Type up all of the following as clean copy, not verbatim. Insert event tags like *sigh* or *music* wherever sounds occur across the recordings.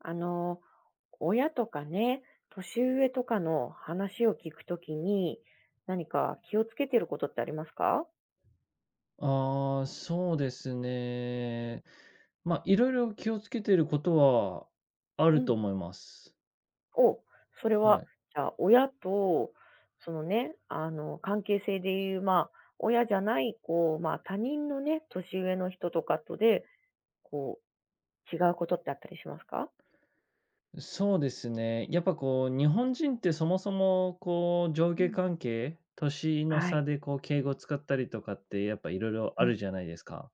あの、親とかね、年上とかの話を聞くときに、何か気をつけてることってありますか？ああ、そうですね。まあ、いろいろ気をつけていることはあうるとん。思います。お、それはは、い。じゃあ、親と、そのね、あの、関係性でいう、まあ、親じゃない、こう、まあ、他人のね、年上の人とかとで、こう、違うことってあったりしますか？そうですね。やっぱこう、日本人ってそもそもこう、上う下ん。関係、年のはい。差でこう、敬語使ったりとかってやっぱいろいろうあん。るじゃないですか。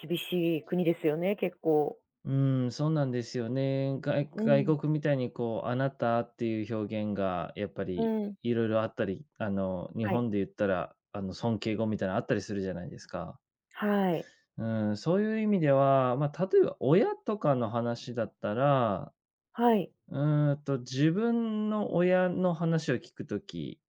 厳しい国ですよね、結構。うん、そうなんですよね。外う外ん。国みたいにこう、あなたっていう表現がやっぱうりん。いろいろあったり、あの、日はい。本で言ったら、あの、尊敬語みたいなのあったりするじゃないですか。はい。うん、そういう意味では、まあ、例えば親とかの話だったら、はい。自分の親の話を聞くとき、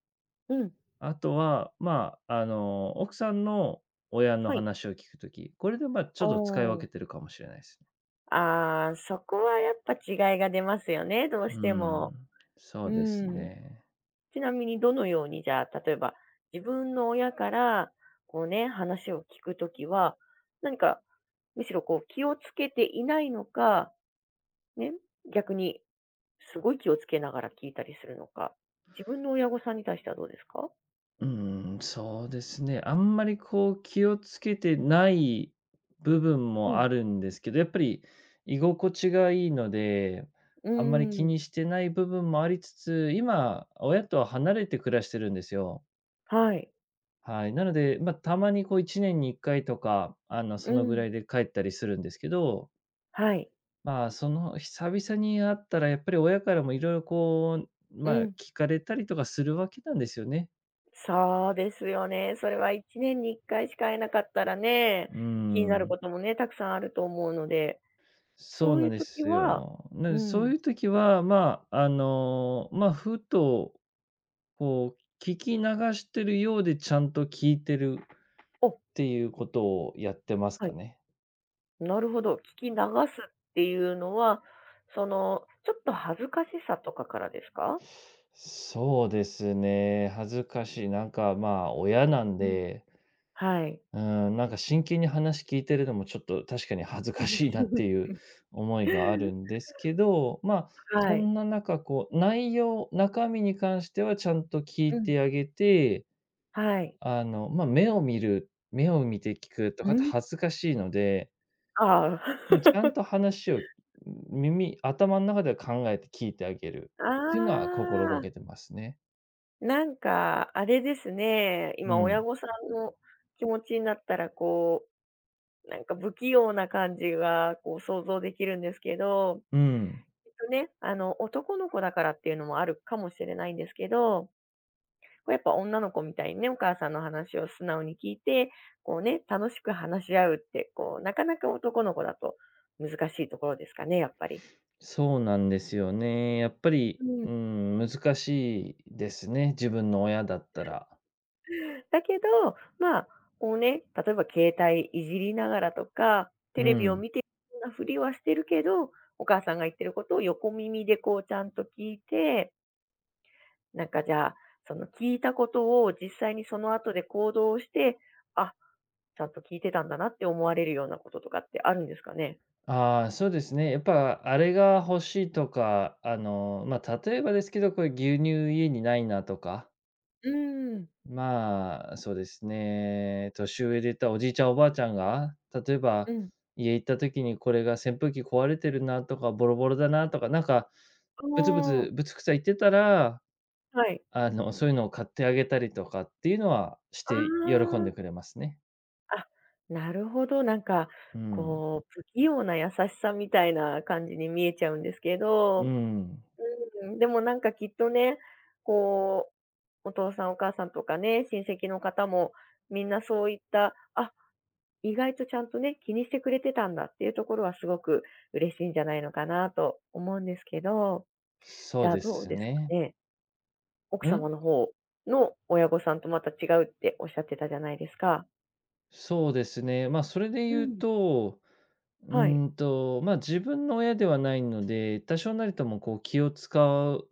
うん。あとは、まあ、あの、奥さんの親のはい。話を聞くとき、これで、まあ、ちあょっと使い分あ。けてるかもしれないですね。ああ、そこはやっぱ違いが出ますよね、どううしても。ん、そううですん。ね。ちなみにどのように、じゃあ、例えば、自分の親から、こうね、話を聞くときは、何か、むしろこう気をつけていないのか、ね、逆にすごい気をつけながら聞いたりするのか、自分の親御さんに対してはどうですか？うーそうですね。あんまりこう気をつけてない部分うもん、あるんですけど、やっぱり居心地がいいので、うあんまり気ーん。にしてない部分もありつつ、今、親とは離れて暮らしてるんですよ。はい。はい。なので、まあ、たまにこう1年に1回とか、あの、うそのぐん。らいで帰ったりするんですけど、はい。まあ、その久々に会ったらやっぱり親からもいろいろこう、うまあ、ん。聞かれたりとかするわけなんですよね。そうですよね。それは1年に1回しか会えなかったらね、うー気になるこん。ともね、たくさんあると思うので、そそううないんうで時すは、よ。なのうで、そうん。いう時は、まあ、あの、まあ、ふと、こう、聞き流してるようでちゃんと聞いてるっお、ていうことをやってますはかい。ね。なるほど、聞き流すっていうのは、その、ちょっと恥ずかしさとかからですか？そうですね、恥ずかしい。なんか、まあ、親なんうん。で、はい。うん、なんか真剣に話聞いてるのもちょっと確かに恥ずかしいなってい *laughs* う思いがあるんですけど、まあ、はそい。んな中、こう、内容中身に関してはちゃんと聞ういん。てあげて、はい。あの、まあ、目を見て聞くとうかってん？恥ずかしいので、あまあ、ちあ。ゃんと話を、耳頭の中では考えて聞いてあげるあっていうのは心があ、けてますね。なんかあれですね、う今親ん。御さんの気持ちになったらこう、なんか不器用な感じがこう想像できるんですけど、うん。きっとね、あの男の子だからっていうのもあるかもしれないんですけど、こうやっぱ女の子みたいにね、お母さんの話を素直に聞いて、こうね、楽しく話し合うって、こうなかなか男の子だと難しいところですかね、やっぱり。そうなんですよね。やっぱり、うん。うん、難しいですね、自分の親だったら。だけど、まあ、こうね、例えば携帯いじりながらとか、テうレビをん。見てるようなふりはしてるけど、お母さんが言ってることを横耳でこうちゃんと聞いて、なんかじゃあ、その聞いたことを実際にその後で行動して、あ、ちゃんと聞いてたんだなって思われるようなこととかってあるんですかね？ああ、そうですね。やっぱあれが欲しいとか、あの、まあ、例えばですけど、これ牛乳家にないなとか、うーん、まあ、そうですね。年上で言ったらおじいちゃん、おばあちゃんが、例えうば、ん。家行った時にこれが扇風機壊れてるなとか、ボロボロだなとか、なんか、あぶつぶつ、ぶあ、つくさ言ってたら、はい。あの、そういうのを買ってあげたりとかっていうのはして喜あんでくれますね。あ、あ、なるほど。なんか、うん。こう、不器用な優しさみたいな感じに見えちゃうんですけうど、ん。うん、でもなんかきっとね、こう、お父さんお母さんとかね、親戚の方もみんなそういった、あ、意外とちゃんとね、気にしてくれてたんだっていうところはすごく嬉しいんじゃないのかなと思うんですけど、そじうゃあでどうすですかね。ね。奥う様ん？の方の親御さんとまた違うっておっしゃってたじゃないですか。そうですね。ま、あそれでう言うん。と、はい。ま、自分の親ではないので、多少なりともこう気を使う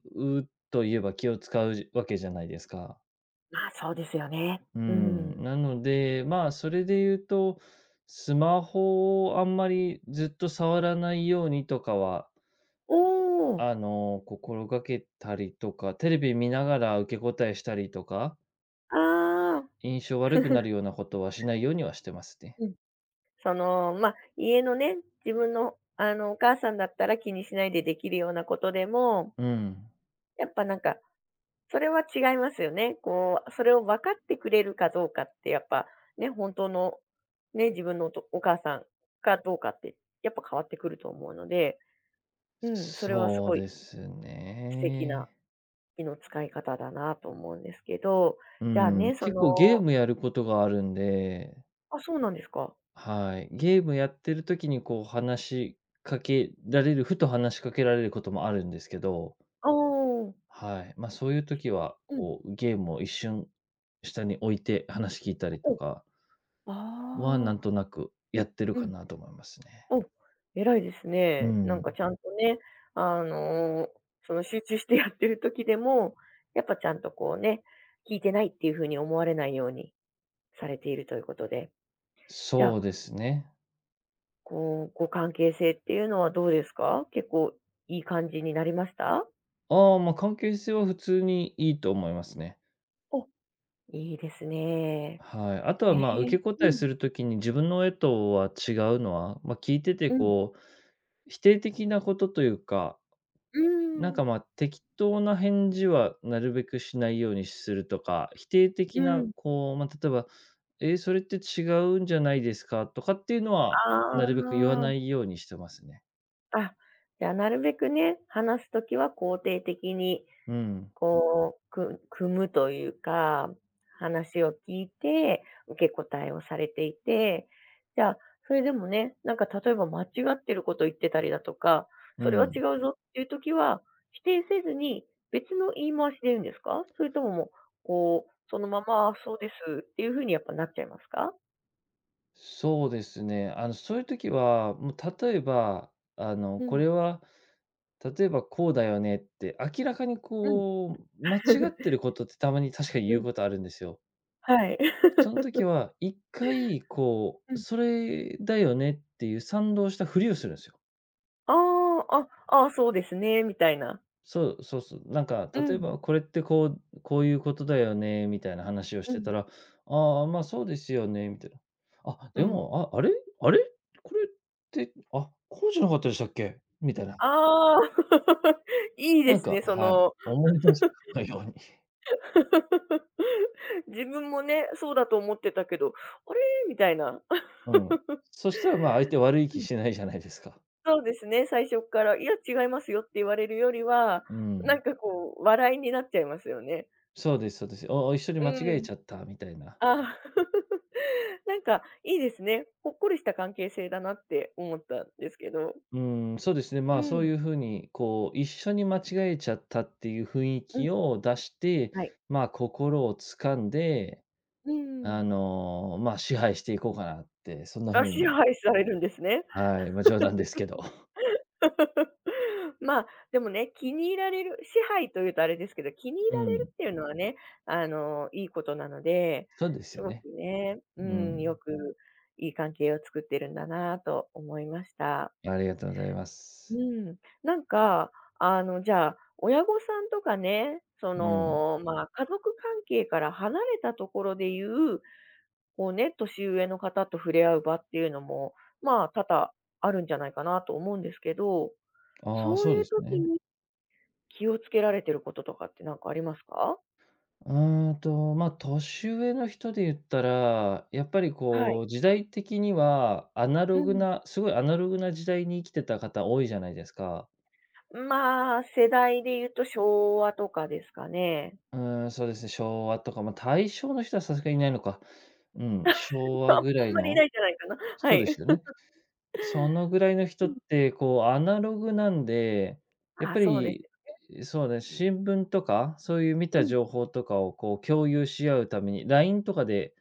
といえば気を使うわけじゃないですか。まあ、そうですよね。ううん。ん。なので、まあ、それで言うと、スマホをあんまりずっと触らないようにとかは、おー。あの、心がけたりとか、テレビ見ながら受け答えしたりとか、ああ。印象悪くなるようなことはしないようにはしてますね。うん。その、ま、あ家のね、自分のあの、お母さんだったら気にしないでできるようなことでも、うん。やっぱなんかそれは違いますよね。こう、それを分かってくれるかどうかって、やっぱ、ね、本当の、ね、自分のお母さんかどうかって、やっぱ変わってくると思うので、うん、それはすそうごいです素敵なね。気の使い方だなと思うんですけど、うじゃあん、ね、そ結構ゲーの、ムやることがあるんで、あ、そうなんですか。はい。ゲームやってる時にこう話しかけられるふと話しかけられることもあるんですけど、ああ、はい。ま、そういう時は、うん。こうゲームを一瞬下に置いて話聞いたりお、とかは、なあんあ、となくやってるうかん。なと思いますね。お、偉いですうね。なんかん。ちゃんとね、あの、その集中してやってる時でも、やっぱちゃんとこうね、聞いてないっていう風に思われないようにされているということで。じゃそあ、うですね。こう、ご関係性っていうのはどうですか？結構いい感じになりました？ああ、ま、関係性は普通にいいと思いますね。お、いいですね。はい。あとえは、え、まあ、受けう答えん、するときに自分の絵とは違うのは、まあ、聞いててうん、こう、否定的なことというか、うなんん、か、まあ、適当な返事はなるべくしないようにするとか、否定う的なん。こう、まあ、例えば、「え、それって違うんじゃないですか？」とかっていうのあは、なるべく言わあ、ないようにしてますね。あ、じゃあなるべくね、話す時は肯定的にうん。こう、組むというか、話を聞いて、受け答えをされていて、じゃあ、それでもね、なんか例えば間違ってること言ってたりだとか、うそれはん。違うぞっていう時は、否定せずに別の言い回しで言うんですか？それとももう、こう、そのまま、あ、そうですっていう風にやっぱなっちゃいますか？そうですね。あの、そういう時は、もう例えば、あの、うこん、れは例えば「こうだよね」って、明らかにうん。こう、間違って *laughs* ることってたまに確かにう言うん。ことあるんですよ。*laughs* はい。その時 *laughs* は、一回こうう、ん。*laughs* それだよねっていう賛同したふりをするんですよ。ああ、あ、ああ、そうですねみたいな。そう、そうそう。なんかう例えん、ば「これってこうこういうことだよね」みたいな話をうしてん、たら、「ああ、まあ、そうですよね」みたいな。「あ、うでん。も、あ、あれ？これって、あ、こうじゃなかったでしたっけ？」みたいな。ああ、*laughs* いいでなんすね、か、そはい、の、思い出したかのように。*laughs* 自分もね、そうだと思ってたけど、あれ？みたいな。うん。そしたら、まあ、相手悪いう気ん、し *laughs* ないじゃないですか。そうですね、最初から、いや、違いますよって言われるよりは、うなんん。かこう、笑いになっちゃいますよね。そうですそうです。おお、一緒にう間違えん。ちゃったみたいな。ああ、*laughs* なんかいいですね。ほっこりした関係性だなって思ったんですけど。うーん。そうですね、うまあ、そうん。いう風に、こう、一緒に間違えちゃったっていう雰囲うん、気を出して、はい。まあ、心を掴んで、うんうん。あの、まあ、支配していこうかなって、そんなあ、風支に、配されるんですね。はい、まあ、冗談ですけど。*laughs* まあ、でもね、気に入られる支配というとあれですけど、気に *laughs* 入うられるん。っていうのはね、あの、いいことなので、そうですすよごくね。ね、ううん、よん。くいい関係を作ってるんだなと思いました。ありがとうございまうす。ん。なんか、あの、じゃあ、親御さんとかね、そうん。の、まあ、家族関係から離れたところでいう、こうね、年上の方と触れ合う場っていうのも、まあ、多々あるんじゃないかなと思うんですけど、ああ、そうそういでうす時ね。に気をつけられてることとかってなんかありますか？うまあ、年上の人で言ったら、やっぱりはい。こう、時代的にはアナうログん。な、すごいアナログな時代に生きてた方多いじゃないですか。まあ、世代で言うと昭和とかですかね。うーん、そうですね、昭和とか、まあ、大正の人はさすがにいないのか。うん、昭 *laughs* 和あんぐらいまりいの、ないんじゃないかな。はそうですい。よね。そのぐらいのう人ん。って、こう、アナログなんで、やっあ、ぱそうです。り、そうね、新聞とか、そういう見うたん。情報とかを、こう、共有し合うために、LINE とかで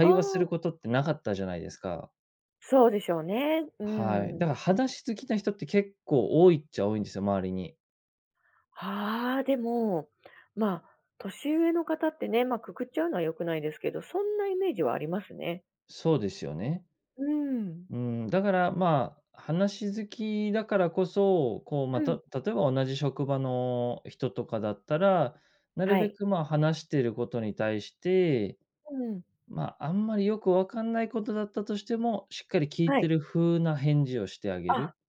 あ話すあ、ることってなかったじゃないですか。そうでしょうね。うはい。ん。だから話好きな人って結構多いっちゃ多いんですよ、周りに。ああ、でも、まあ、年上の方ってね、まあ、くくっちゃうのは良くないですけど、そんなイメージはありますね。そうですよね。うん。うん、だから、まあ、話好きだからこそ、こう、うまた、ん。例えば同じ職場の人とかだったら、なるはべい。くまあ話してることに対して、うん。まあ、あんまりよくわかんないことだったとしても、しっかり聞いはてい。る風な返事をしてあげる。あ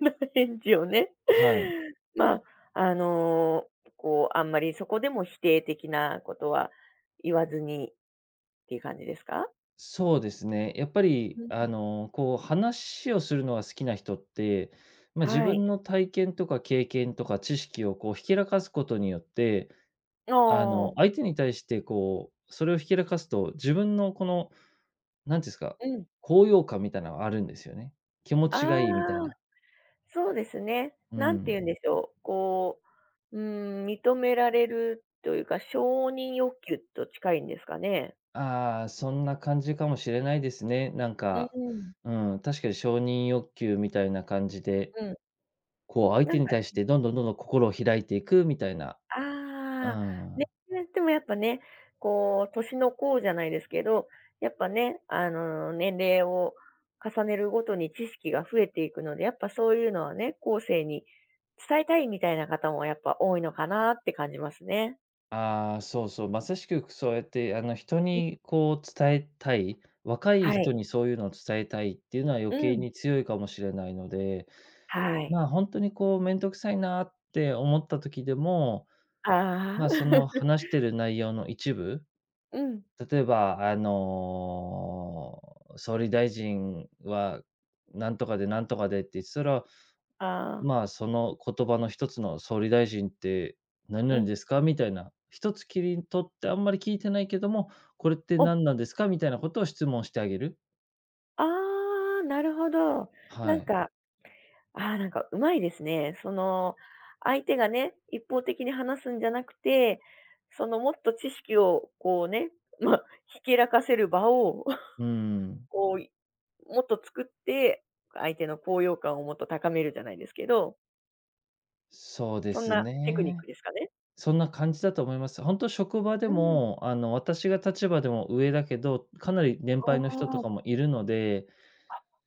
な返事をね。はい。まあ、あの、こう、あんまりそこでも否定的なことは言わずにっていう感じですか？そうですね。やっぱり、うん。あの、こう話をするのが好きな人って、まあ、自はい。分の体験とか経験とか知識をこうひけらかすことによって、ああの、相あ。手に対してこう、それをひけらかすと、自分のこの、なんていうんですか、うん。高揚感みたいなのがあるんですよね。気持あちがいいみたいあ、な。そうですね。う何てん。言うんでしょう、こう、うん、認められるというか、承認欲求と近いんですかね。ああ、そんな感じかもしれないですね。なんうか、ん、うん、確かに承認欲求みたいな感じで、うん。こう相な手んにか、対してどんどんどんどん心を開いていくみたいな。うああ、ね、ん。でもやっぱね、こう、年の功じゃないですけど、やっぱね、あの、年齢を重ねるごとに知識が増えていくので、やっぱそういうのはね、後世に伝えたいみたいな方もやっぱ多いのかなって感じますね。ああ、そうそう、まさしくそうやって、あの、人うん。にこう伝えたい、若いは人い。にそういうのを伝えたいっていうのは余う計ん。に強いかもしれないので、はい。まあ、本当にこう面倒くさいなって思った時でも、ああ。まあ、その *laughs* 話してる内容の一部、うん。例えば、あの、総理大臣はなんとかでなんとかでって言ってたら、ああ。まあ、その言葉の一つの総理大臣って何う々ん。ですか？みたいな、一つ切り取ってあんまり聞いてないけども、これってお、何なんですか？みたいなことを質問してあげる。ああ、なるほど。なはんい。か、ああ、なんかうまいですね。その、相手がね、一方的に話すんじゃなくて、そのもっと知識をこうね、*laughs* まあ、ひけらかせる場を、う *laughs* ん。こう、もっと作って、相手の高揚感をもっと高めるじゃないですけど、そうでそんすなテクニッね。クですかね？そんな感じだと思います。本当職場でうん。も、あの、私が立場でも上だけど、かなり年あ配の人とあ、かもいるので、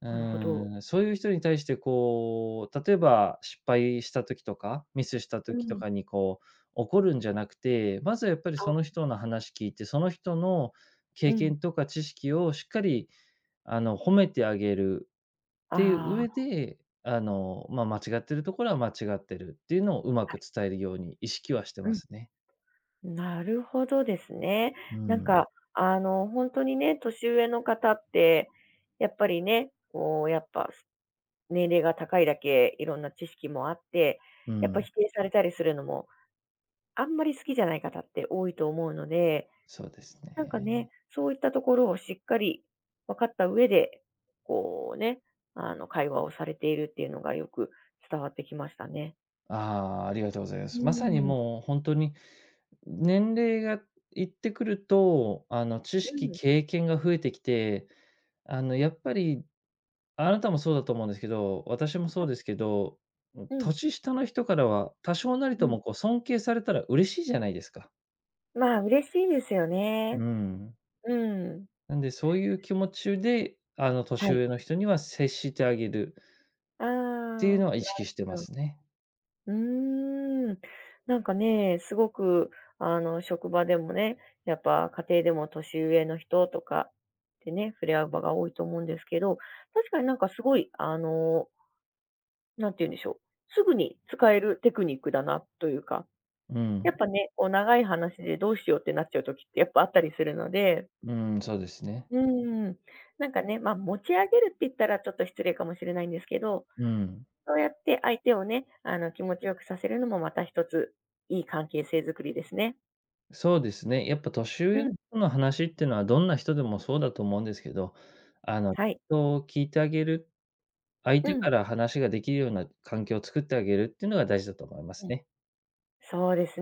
うなるほど。ーん、そういう人に対してこう、例えば失敗した時とか、ミスしたう時とん。かにこう、怒るんじゃなくて、まずはやっぱりそのあ、人の話聞いて、その人のう経ん。験とか知識をしっかり、あの、褒めてあげるっていうあ上あ、で、あの、まあ、間違ってるところは間違ってるっていうのをうまはい。く伝えるように意識はしてうまん。すね。なるほどですね。うなんん。か、あの、本当にね、年上の方って、やっぱりね、こう、やっぱ、年齢が高いだけいろんな知識もあって、うやっぱん。否定されたりするのも、あんまり好きじゃない方って多いと思うので、そうですなんかね。ね、そういったところをしっかり分かった上で、こうね、あの、会話をされているっていうのがよく伝わってきましたね。ああ、ありがとうございまうす。まさにん。もう本当に年齢がいってくると、あの、知う識、ん。経験が増えてきて、あの、やっぱり、あなたもそうだと思うんですけど、私もそはうでい。すけど、うん、うん。年下の人からは多少なりうとん。もこう尊敬されたら嬉しいじゃないですか。まあ、嬉しいですようね。ん。うん。なんでそういう気持ちで、あの、は年い。上の人には接してあげるっああ、ていなうのるは意識してほまど。すね。うーん。なんかね、すごく、あの、職場でもね、やっぱ家庭でも年上の人とかってね、触れ合う場が多いと思うんですけど、確かになんかすごい、あの、なんて言うんでしょう。すぐに使えるテクニックだなというか、うやっん。ぱね、こう長い話でどうしようってなっちゃう時ってやっぱあったりするので、うん、そうですね。うん。なんかね、ま、持ち上げるって言ったらちょっと失礼かもしれないんですけど、うん。そうやって相手をね、あの、気持ちよくさせるのもまた一つ、いい関係性づくりですね。そうですね。やっぱ年う上のん。人の話っていうのはどんな人でもそうだと思うんですけど、あの、はい。人を聞いてあげる、相う手かん。ら話ができるような環境を作ってあげるっていうのが大事だと思いますうん。ね。そうです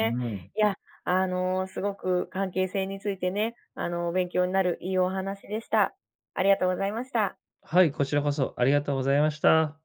うん。いや、あの、すごく関係性についてね、あの、勉強になるいいお話でした。ありがとうございました。はい、こちらこそありがとうございました。